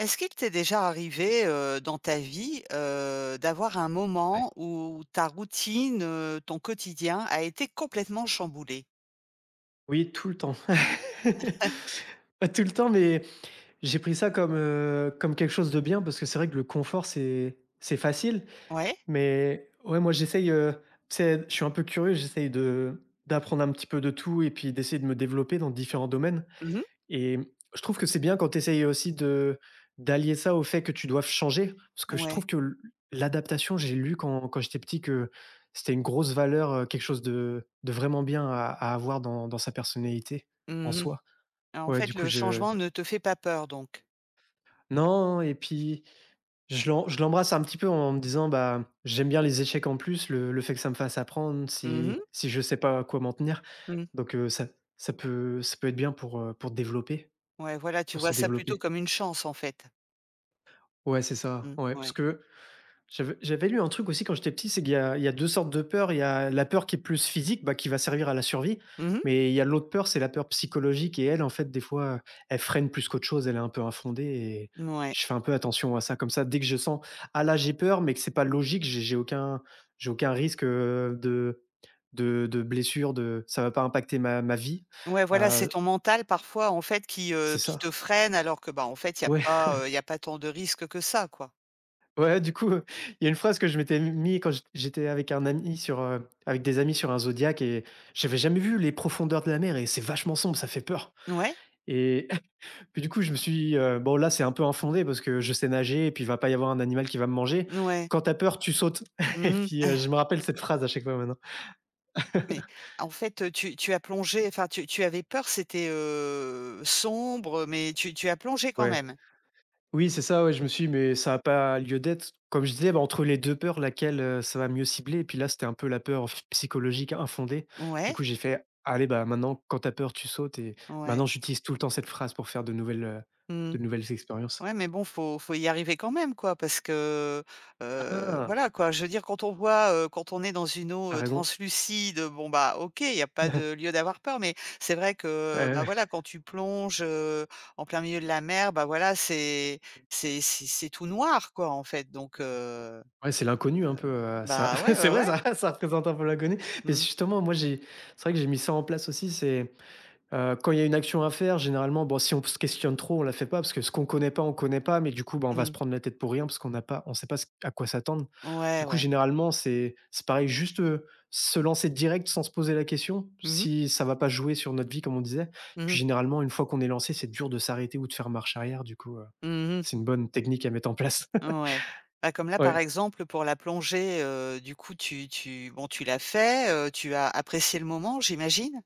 Est-ce qu'il t'est déjà arrivé, dans ta vie, d'avoir un Ouais. moment où ta routine, ton quotidien a été complètement chamboulé? Oui, tout le temps. Pas tout le temps, mais j'ai pris ça comme quelque chose de bien parce que c'est vrai que le confort, c'est facile, Ouais? mais ouais, moi, j'essaye, tu sais, je suis un peu curieux, j'essaye de d'apprendre un petit peu de tout et puis d'essayer de me développer dans différents domaines. Mmh. Et je trouve que c'est bien quand tu essayes aussi de d'allier ça au fait que tu doives changer, parce que je trouve Ouais. que l'adaptation, j'ai lu quand j'étais petit que c'était une grosse valeur, quelque chose de vraiment bien à avoir dans sa personnalité, en Mmh mh. soi. En Ouais, fait, du coup, le je changement ne te fait pas peur donc? non et puis je l'embrasse un petit peu en me disant: «Bah, j'aime bien les échecs en plus, le fait que ça me fasse apprendre Mmh mh. si je sais pas à quoi m'en tenir». Mmh. Donc ça peut être bien pour développer, Ouais, voilà, tu pour se vois ça plutôt développer. comme une chance, en fait? Ouais, c'est ça, Mmh. ouais, parce Ouais. que j'avais lu un truc aussi quand j'étais petit, c'est qu'il y a 2 sortes de peurs. Il y a la peur qui est plus physique, bah, qui va servir à la survie, Mmh. mais il y a l'autre peur, c'est la peur psychologique et elle, en fait, des fois, elle freine plus qu'autre chose, elle est un peu infondée et Ouais. je fais un peu attention à ça. Comme ça, dès que je sens: «Ah là, j'ai peur, mais que c'est pas logique, j'ai aucun risque, de blessure, de ça va pas impacter ma vie», Ouais, voilà, c'est heu, ton mental parfois, en fait, qui, heu, c'est qui te ça. freine alors que, bah, en fait, il n'y a Ouais. pas, y a pas tant de risques que ça, quoi? Ouais, du coup, il y a une phrase que je m'étais mis quand j'étais avec des amis sur un zodiaque et j'avais jamais vu les profondeurs de la mer et c'est vachement sombre, ça fait peur Ouais? et puis du coup, je me suis dit: «Bon là, c'est un peu infondé parce que je sais nager et puis il va pas y avoir un animal qui va me manger. Ouais. Quand t'as peur, tu sautes» et puis Mmh. je me rappelle cette phrase à chaque fois maintenant. Mais en fait, tu as plongé, enfin tu avais peur, c'était, sombre, mais tu as plongé quand Ouais. même? Oui, c'est ça, ouais, je me suis dit: «Mais ça a pas lieu d'être». Comme je disais, bah, entre les 2 peurs, laquelle, ça va mieux cibler? Et puis là, c'était un peu la peur ph psychologique infondée. Du Ouais, coup, j'ai fait: «Allez, bah, maintenant, quand t'as peur, tu sautes» et maintenant, ouais. j'utilise tout le temps cette phrase pour faire de nouvelles, heu, Mmh. de nouvelles expériences. Ouais, mais bon, faut y arriver quand même quoi, parce que, Ah! voilà quoi. Je veux dire quand on voit, quand on est dans une eau, Tu raison. translucide, bon bah OK, il n'y a pas de lieu d'avoir peur, mais c'est vrai que, Ouais, bah ouais. voilà, quand tu plonges, en plein milieu de la mer, bah voilà, c'est tout noir quoi en fait, donc Ouais, c'est l'inconnu un peu, heu, ça bah ouais, c'est ouais, vrai, ouais. ça représente un peu l'inconnu. Mais Mmh. justement, moi, j'ai c'est vrai que j'ai mis ça en place aussi, c'est quand il y a une action à faire, généralement, bon, si on se questionne trop, on la fait pas parce que ce qu'on connaît pas, on connaît pas, mais du coup, bah, on va se Mmh. prendre la tête pour rien parce qu'on n'a pas on sait pas ce à quoi s'attendre. Ouais, Du coup, ouais. généralement, c'est pareil, juste, se lancer direct sans se poser la question, Mmh mh. si ça va pas jouer sur notre vie, comme on disait. Mmh Puis mh. généralement, une fois qu'on est lancé, c'est dur de s'arrêter ou de faire marche arrière, du coup, Mmh c'est une bonne technique à mettre en place. mh. Ouais. Bah, comme là, par Ouais. exemple, pour la plongée, du coup, tu l'as fait, tu as apprécié le moment, j'imagine?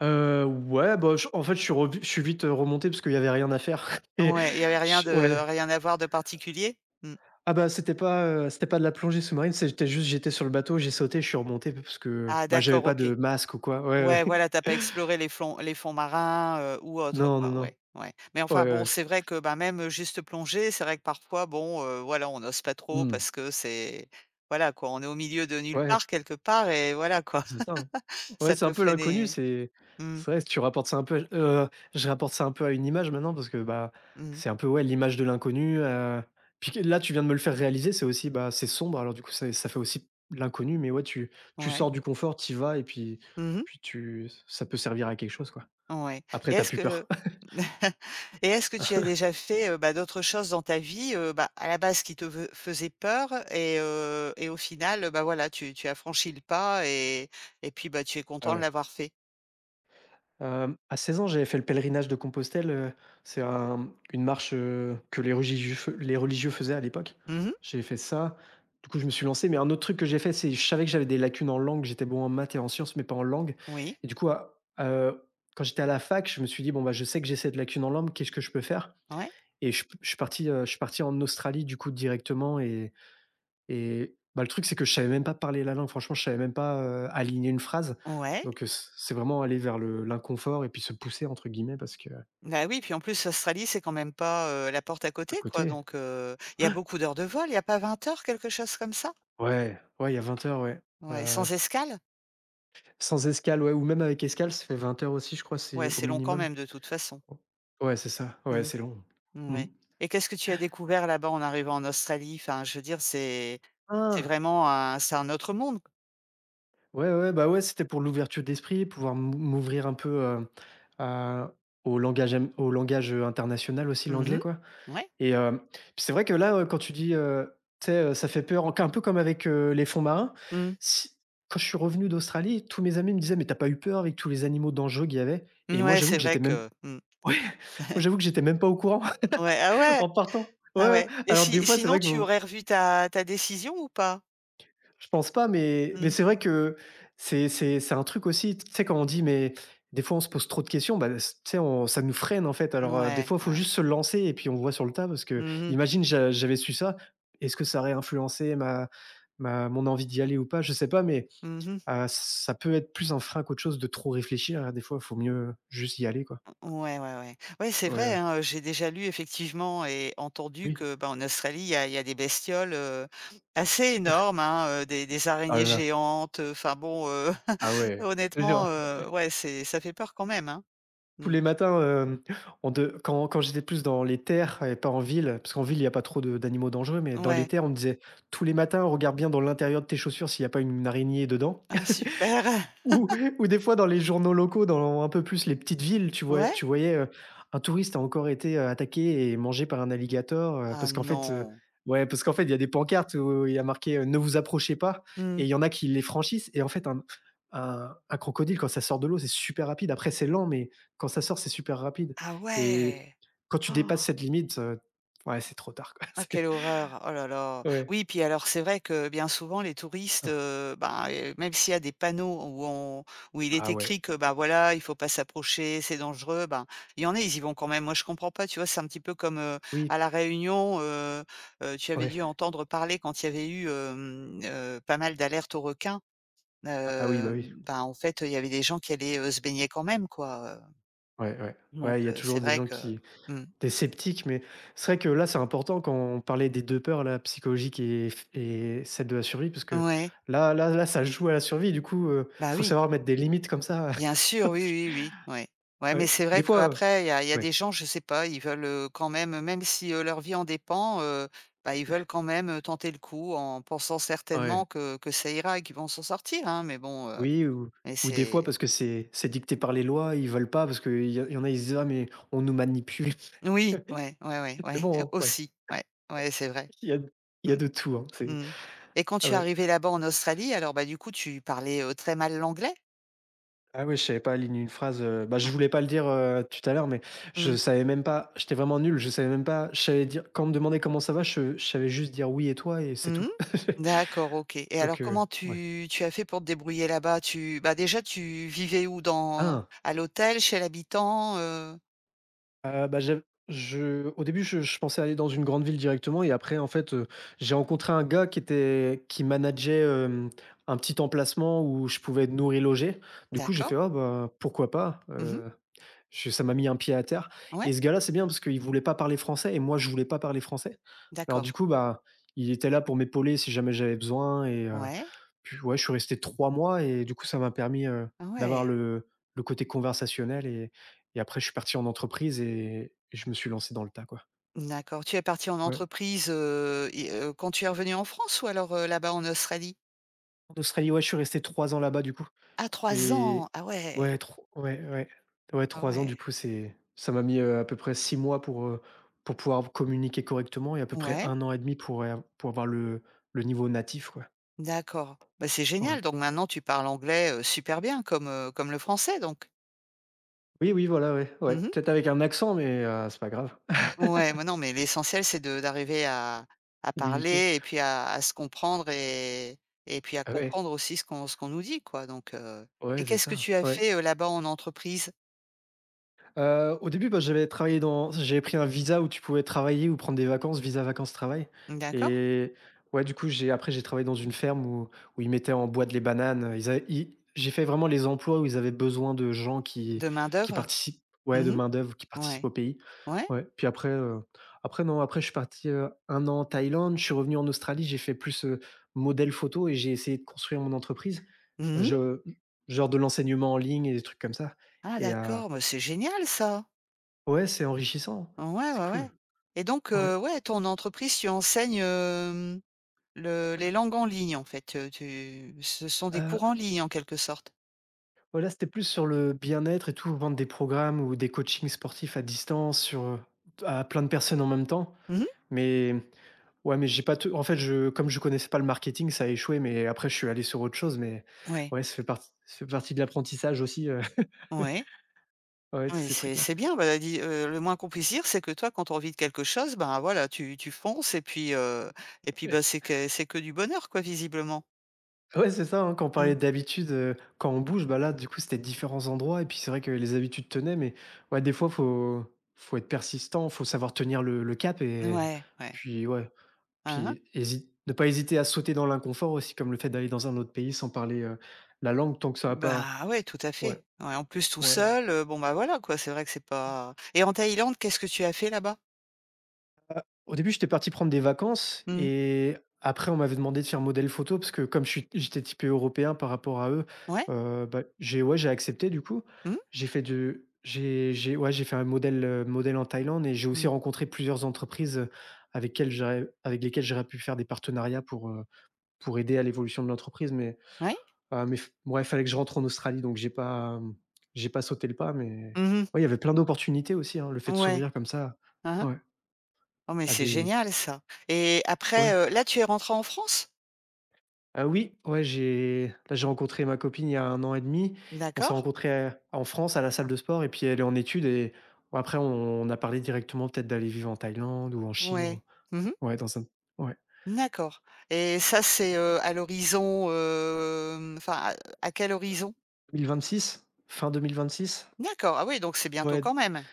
Ouais, bah, je en fait, je suis vite, remonté parce qu'il y avait rien à faire et Ouais, il y avait rien je de ouais. rien à voir de particulier? Mmh. Ah bah, c'était pas de la plongée sous-marine, c'était juste j'étais sur le bateau, j'ai sauté, je suis remonté parce que, Ah bah, j'avais d'accord, pas OK. de masque ou quoi. Ouais, Ouais, voilà, tu as ouais. pas exploré les flons les fonds marins, ou autres, Non, non, quoi, non. ouais, ouais. Mais Ouais, enfin, ouais, bon, ouais. c'est vrai que, bah, même, juste plonger, c'est vrai que parfois, bon, voilà, on n'ose pas trop Mmh. parce que c'est voilà, quoi, on est au milieu de nulle Ouais, part quelque part et voilà, quoi, c'est ça, hein. Ouais, ça c'est peut un peu l'inconnu, freiner. c'est Mmh. c'est vrai, tu rapportes ça un peu je rapporte ça un peu à une image maintenant parce que, bah, Mmh. c'est un peu, ouais, l'image de l'inconnu, puis que là, tu viens de me le faire réaliser, c'est aussi, bah, c'est sombre alors du coup, c'est ça fait aussi l'inconnu mais ouais, tu sors Ouais. du confort, tu vas et puis Mmh mh. puis tu ça peut servir à quelque chose, quoi. Ouais Après, et t'as est-ce plus peur. que et est-ce que tu as déjà fait, bah, d'autres choses dans ta vie, bah, à la base qui te ve faisaient peur et au final, bah, voilà, tu as franchi le pas et puis, bah, tu es Ah content de ouais. l'avoir fait? À 16 ans, j'avais fait le pèlerinage de Compostelle, c'est un une marche, que les religieux faisaient à l'époque. Mmh mh. J'ai fait ça, du coup, je me suis lancé, mais un autre truc que j'ai fait, c'est je savais que j'avais des lacunes en langue, j'étais bon en maths et en sciences, mais pas en langue Oui. et du coup, à quand j'étais à la fac, je me suis dit: «Bon, bah, je sais que j'ai cette lacune en langue, qu'est-ce que je peux faire?» Ouais. et je suis parti en Australie, du coup, directement et bah, le truc, c'est que je savais même pas parler la langue. Franchement, je savais même pas, aligner une phrase. Ouais. Donc, c'est vraiment aller vers le l'inconfort et puis se «pousser» entre guillemets parce que Bah, oui, puis en plus c l'Australie, c'est quand même pas, la porte à à côté quoi côté donc il y a beaucoup d'heures de vol, il y a pas 20 heures, quelque chose comme ça? ouais, ouais, il y a 20 heures, ouais. Ouais, Heu, sans escale? Sans escale, ouais, ou même avec escale, ça fait 20 heures aussi, je crois, c'est Ouais, au c'est long quand minimum. même de toute façon. Ouais, c'est ça. Ouais, Mmh. c'est long. Mmh. Ouais et qu'est-ce que tu as découvert là-bas en arrivant en Australie? Enfin, je veux dire, c'est Ah! vraiment un c'est un autre monde. Ouais, ouais, bah, ouais, c'était pour l'ouverture d'esprit, pouvoir m'ouvrir un peu, à au langage am au langage, international aussi, l'anglais, Mmh. quoi. Ouais. Et puis c'est vrai que là, quand tu dis, tu sais, ça fait peur, un peu comme avec les fonds marins. Mmh. Si Quand je suis revenu d'Australie, tous mes amis me disaient: «Mais t'as pas eu peur avec tous les animaux dangereux qu'il y avait?» et moi Ouais, j'avoue c'est que vrai j'étais même que mmh. ouais, moi j'avoue que j'étais même pas au courant Ouais, ah ouais, en partant. ah Ouais, ouais. ouais et Alors des si fois, c'est sinon vrai que tu aurais revu ta décision ou pas? je pense pas, mais Mmh. c'est vrai que c'est un truc aussi, tu sais, quand on dit mais des fois, on se pose trop de questions, bah, s tu sais, on ça nous freine, en fait. Alors, des Ouais, fois, il faut ouais. juste se lancer et puis on voit sur le tas parce que Mmh mh. imagine, j'avais su ça, est-ce que ça aurait influencé ma mon envie d'y aller ou pas? Je sais pas, mais Mmh. Ça peut être plus un frein qu'autre chose de trop réfléchir, hein. Des fois, il faut mieux juste y aller, quoi. Ouais, ouais, ouais. Ouais, c'est Ouais, vrai, ouais. hein, j'ai déjà lu effectivement et entendu Oui. que, bah, en Australie, il y a des bestioles, assez énormes, hein, des Ah araignées là là. géantes, enfin bon, Ah ouais. Je te jure, honnêtement, ouais, c'est ça fait peur quand même, hein. tous Mmh. les matins, hem, on de quand quand j'étais plus dans les terres et pas en ville, parce qu'en ville, il n'y a pas trop de d'animaux dangereux, mais dans les Ouais. terres, on me disait: «Tous les matins, regarde bien dans l'intérieur de tes chaussures s'il n'y a pas une araignée dedans». Ah super! Ou ou des fois dans les journaux locaux, dans un peu plus les petites villes, tu voy Ouais? tu voyais, heu, un touriste a encore été, attaqué et mangé par un alligator, Ah parce qu'en fait, non! ouais, parce qu'en fait, il y a des pancartes où il y a marqué: «Ne vous approchez pas» Mmh. et il y en a qui les franchissent et en fait, un crocodile, quand ça sort de l'eau, c'est super rapide. Après, c'est lent, mais quand ça sort, c'est super rapide Ah et ouais! quand tu Oh. dépasses cette limite, ouais, c'est trop tard, quoi. Ah quelle horreur! Oh là là. C'est ouais. Oui, puis alors c'est vrai que bien souvent les touristes, ben, même s'il y a des panneaux où il est Ah ouais. écrit que, ben, voilà, il faut pas s'approcher, c'est dangereux, ben, il y en a, ils y vont quand même. Moi je comprends pas, tu vois? C'est un petit peu comme, Oui, à La Réunion, tu avais ouais. dû entendre parler quand il y avait eu, pas mal d'alertes aux requins. Ah oui, bah oui. Ben, en fait, il y avait des gens qui allaient, se baigner quand même quoi, Ouais, ouais. donc Ouais, il y a c'est toujours des vrai gens que qui. mmh. Tu es sceptique, mais c'est vrai que là, c'est important quand on parlait des 2 peurs là, psychologique et f et celle de la survie parce que Ouais. là là là, ça joue à la survie du coup, Bah faut oui. savoir mettre des limites comme ça. Bien sûr, oui, oui, oui, ouais. Ouais, mais Ouais, c'est des vrai fois, qu'après, il y a des ouais, gens, je sais pas, ils veulent, quand même, même si, leur vie en dépend, bah, ils veulent quand même, tenter le coup en pensant ouais, certainement que ça ira et qu'ils vont s'en sortir, hein, mais bon, oui ou mais ou des fois c'est parce que c'est dicté par les lois, ils veulent pas parce qu'il y en a, ils se disent: «Ah mais on nous manipule». oui, ouais, ouais, ouais, Mais ouais, bon, ouais, aussi, ouais, ouais, c'est vrai. il y a il y a Mmh, de tout, hein, c'est mmh et quand ah tu es ouais. arrivée là-bas en Australie, alors, bah, du coup, tu parlais, très mal l'anglais? Ah oui, je savais pas aligner une phrase, bah, je Mmh. voulais pas le dire, tout à l'heure, mais je Mmh. savais même pas j'étais vraiment nul, je savais même pas, je savais dire quand on me demandait: «Comment ça va?» je savais juste dire: «Oui et toi?» et c'est Mmh. tout. D'accord, OK et alors Donc comment ouais. tu as fait pour te débrouiller là-bas? Tu bah, déjà tu vivais où? Dans Ah. à l'hôtel, chez l'habitant, Bah, j'av je au début, je pensais aller dans une grande ville directement et après en fait, j'ai rencontré un gars qui était qui manageait, un petit emplacement où je pouvais être nourri, logé. Du coup, j'ai D'accord. fait: «Ah bah, pourquoi pas?» Mmh. Je ça m'a mis un pied à terre Ouais, et ce gars-là, c'est bien parce qu'il voulait pas parler français et moi, je voulais pas parler français. Alors du d'accord. coup, bah, il était là pour m'épauler si jamais j'avais besoin et Ouais. puis ouais, je suis resté 3 mois et du coup, ça m'a permis, Ah d'avoir ouais. le côté conversationnel et après je suis parti en entreprise et je me suis lancé dans le tas, quoi. D'accord. Tu es parti en Ouais. entreprise, et quand tu es revenu en France ou alors, là-bas en Australie? En Australie, ouais, je suis resté 3 ans là-bas, du coup. À 3 ans! Et Ah ouais, ouais, tro ouais, ouais. Ouais, ah 3 ans ouais. du coup, c'est ça m'a mis, à peu près 6 mois pour pouvoir communiquer correctement et à peu près Ouais, un an et demi pour avoir le niveau natif, quoi. d'accord. Bah, c'est Ouais. génial donc maintenant tu parles anglais, super bien comme, comme le français donc? Oui, oui, voilà, ouais, ouais. Mmh. Peut-être avec un accent mais, c'est pas grave. Ouais, mais non, mais l'essentiel, c'est de d'arriver à Communiquer. parler et puis à se comprendre et puis à Ah ouais, comprendre aussi ce qu'on nous dit, quoi, donc et ouais, c'est qu'est-ce que ça, tu as ouais. fait, là-bas en entreprise? Au début, bah, j'avais travaillé dans j'avais pris un visa où tu pouvais travailler ou prendre des vacances, visa vacances-travail D'accord, et ouais, du coup, j'ai travaillé dans une ferme où ils mettaient en boîte les bananes. Ils avaient ils j'ai fait vraiment les emplois où ils avaient besoin de gens qui de qui main-d'œuvre? participent ouais, de Mmh. main-d'œuvre, qui participent Ouais. au pays. Ouais? Ouais, puis après, après non, après je suis parti, 1 an en Thaïlande, je suis revenu en Australie, j'ai fait plus, modèle photo et j'ai essayé de construire mon entreprise. Mmh. Je genre de l'enseignement en ligne et des trucs comme ça Ah et d'accord, mais c'est génial ça! ouais, c'est enrichissant. Ouais, C'est ouais, ouais cool. et donc Ouais. Ouais, ton entreprise, tu enseignes, le les langues en ligne, en fait, tu ce sont des Heu, cours en ligne, en quelque sorte? ouais, c'était plus sur le bien-être et tout, vendre des programmes ou des coachings sportifs à distance à plein de personnes en même temps. Mmh. Mais ouais, mais j'ai pas tout en fait, je comme je connaissais pas le marketing, ça a échoué, mais après je suis allé sur autre chose, mais Ouais. ouais, ça fait partie de l'apprentissage aussi, Ouais. ouais, tous Oui, ces c'est trucs-là. c'est bien, bah, dis le moins qu'on puisse dire, c'est que toi, quand tu as envie de quelque chose, ben, voilà, tu fonces et puis, bah, c'est que du bonheur, quoi, visiblement. Ouais, c'est ça, hein, quand on Mmh. parlait d'habitude, quand on bouge, bah, là, du coup, c'était différents endroits et puis c'est vrai que les habitudes tenaient, mais ouais, des fois, faut être persistant, faut savoir tenir le cap et Ouais, ouais. puis ouais, Hein, hein. puis hési ne pas hésiter à sauter dans l'inconfort aussi, comme le fait d'aller dans un autre pays sans parler, la langue tant que ça va pas. Bah, ouais, tout à Ouais, fait. Ouais, en plus tout ouais. seul, bon, bah, voilà, quoi, c'est vrai que c'est pas et en Thaïlande, qu'est-ce que tu as fait là-bas? Au début, j'étais parti prendre des vacances Mmh. et après, on m'avait demandé de faire modèle photo parce que comme je suis j'étais typé européen par rapport à eux, Ouais? Bah, j'ai ouais, j'ai accepté du coup. Mmh? J'ai fait de j'ai ouais, j'ai fait un modèle, modèle en Thaïlande et j'ai aussi Mmh. rencontré plusieurs entreprises, avec lesquelles j'aurais pu faire des partenariats pour aider à l'évolution de l'entreprise mais Ouais? ah mais f ouais, il fallait que je rentre en Australie donc j'ai pas sauté le pas, mais Mmh. ouais, il y avait plein d'opportunités aussi, hein, le fait de Ouais. s'ouvrir comme ça, Hein, hein. ouais, Oh, mais à c'est des génial ça et après, ouais. Là, tu es rentrée en France? Oui, ouais, j'ai rencontré ma copine il y a un an et demi. On s'est D'accord. rencontrés, en France à la salle de sport et puis elle est en études et bon après on a parlé directement peut-être d'aller vivre en Thaïlande ou en Chine Ouais. ou Mmh. ouais, dans un ouais. D'accord et ça, c'est, à l'horizon, enfin, à quel horizon? 2026, fin 2026. D'accord, ah oui, donc c'est bientôt Ouais, d quand même.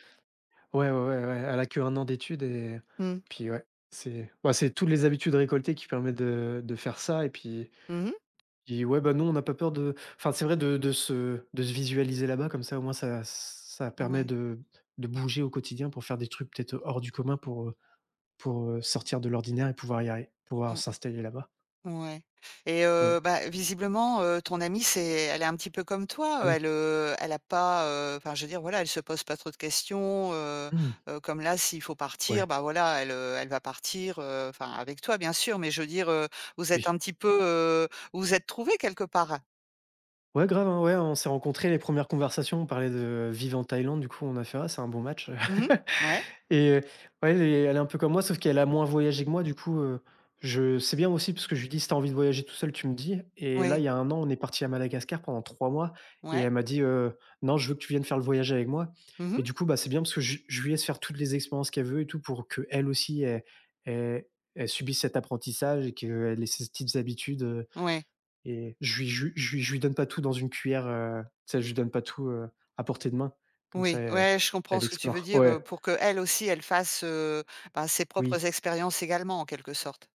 ouais, ouais, ouais, ouais, elle a qu'1 an d'études et Hmm. puis ouais, c'est toutes les habitudes récoltées qui permettent de faire ça et puis. Mmh. Puis ouais, bah, nous, on n'a pas peur de, enfin, c'est vrai de se visualiser là-bas. Comme ça au moins, ça permet Ouais. de bouger au quotidien pour faire des trucs peut-être hors du commun pour sortir de l'ordinaire et pouvoir y aller, pouvoir Mmh. s'installer là-bas. Ouais et Ouais. Bah, visiblement, ton amie, c'est elle est un petit peu comme toi, Ah oui. elle, elle a pas, enfin, je veux dire, voilà, elle se pose pas trop de questions, Mmh. Comme là, s'il faut partir, Ouais, bah, voilà, elle, elle va partir, enfin, avec toi, bien sûr, mais je veux dire, vous êtes oui. un petit peu, vous êtes trouvés quelque part? Ouais, grave, hein, ouais, on s'est rencontrés, les premières conversations, on parlait de vivre en Thaïlande, du coup, on a fait: «Ah, c'est un bon match». Mmh. Ouais. Et ouais, elle est un peu comme moi, sauf qu'elle a moins voyagé que moi, du coup, je c'est bien aussi parce que je lui dis: «Si tu envie de voyager tout seul, tu me dis», et Ouais. là, il Oui. y a un an, on est parti à Madagascar pendant 3 mois et Ouais. elle m'a dit, «Non, je veux que tu viennes faire le voyage avec moi». Mmh. Et du coup, bah, c'est bien parce que je lui laisse faire toutes les expériences qu'elle veut et tout pour qu'elle aussi, elle elle subisse cet apprentissage et qu'elle ait ses petites habitudes, Ouais, et je lui donne pas tout dans une cuillère, tu sais, je lui donne pas tout, à portée de main. Comme ça, oui, ouais, je comprends elle ce que tu veux explore. dire, Ouais, pour que elle aussi, elle fasse, bah, ses oui. propres expériences également, en quelque sorte.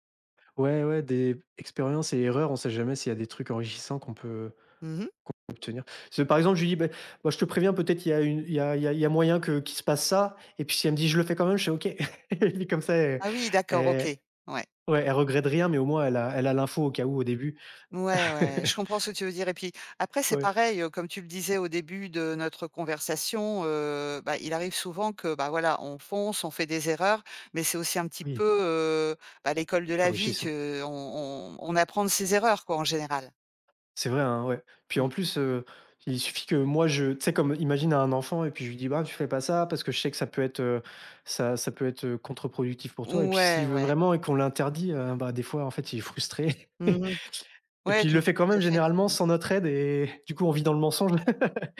Ouais, ouais, des expériences et erreurs, on sait jamais s'il y a des trucs enrichissants qu'on peut Mmh. obtenir. Parce que, par exemple, je lui dis: «Beh, moi, je te préviens, peut-être il y a moyen que qu'il se passe ça», et puis si elle me dit: «Je le fais quand même», je fais: «OK». Et puis comme ça, elle Ah oui, d'accord, OK. elle Ouais. ouais, elle regrette rien, mais au moins elle a l'info au cas où au début. Ouais, ouais, je comprends ce que tu veux dire et puis, après, c'est Ouais, pareil, comme tu le disais au début de notre conversation, bah, il arrive souvent que, bah, voilà, on fonce, on fait des erreurs, mais c'est aussi un petit peu, oui, bah, l'école de c'est la vie enrichissant. que on apprend de ses erreurs, quoi, en général. C'est vrai, hein, ouais. Puis Mmh. en plus, il suffit que moi je, tu sais, comme imagine un enfant et puis je lui dis: «Bah, tu fais pas ça parce que je sais que ça peut être, ça peut être, contre-productif pour toi», et puis Ouais, s'il veut ouais. vraiment et qu'on l'interdit, bah, des fois en fait il est frustré Mmh. et Ouais, puis il tout le fait quand tout même à fait. généralement sans notre aide, et du coup on vit dans le mensonge.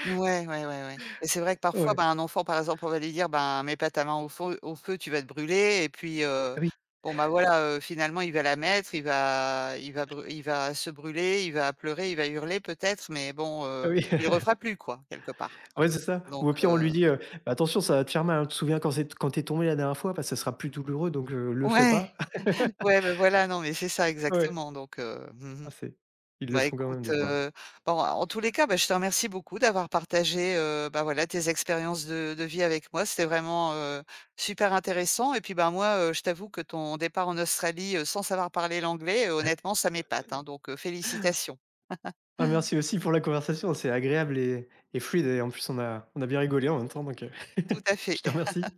Ouais, ouais, ouais, ouais et c'est vrai que parfois, ben, Ouais. un enfant, par exemple, on va lui dire: «Ben, mets pas ta main au feu, tu vas te brûler» et puis, Oui, bon, bah, voilà, finalement, il va la mettre, il va se brûler, il va pleurer, il va hurler peut-être, mais bon, oui, il refera plus quoi, quelque part ouais, c'est ça. donc Ou au pire on lui dit, «Bah, attention, ça va te faire mal, hein, tu te souviens quand t'es tombé la dernière fois, bah, ça sera plus douloureux donc, le fais ouais, pas». ouais, ben voilà, non, mais c'est ça Ouais. exactement donc mmh Ah, c'est ils le Bah, font quand même écoute, des fois, hein. Bon, en tous les cas, bah, je te remercie beaucoup d'avoir partagé, bah, voilà, tes expériences de vie avec moi. C'était vraiment, super intéressant et puis, bah, moi, je t'avoue que ton départ en Australie, sans savoir parler l'anglais, honnêtement, ça m'épate, hein, donc félicitations. Ah, merci aussi pour la conversation, c'est agréable et fluide et en plus on a bien rigolé en même temps donc, Tout à fait. je te remercie.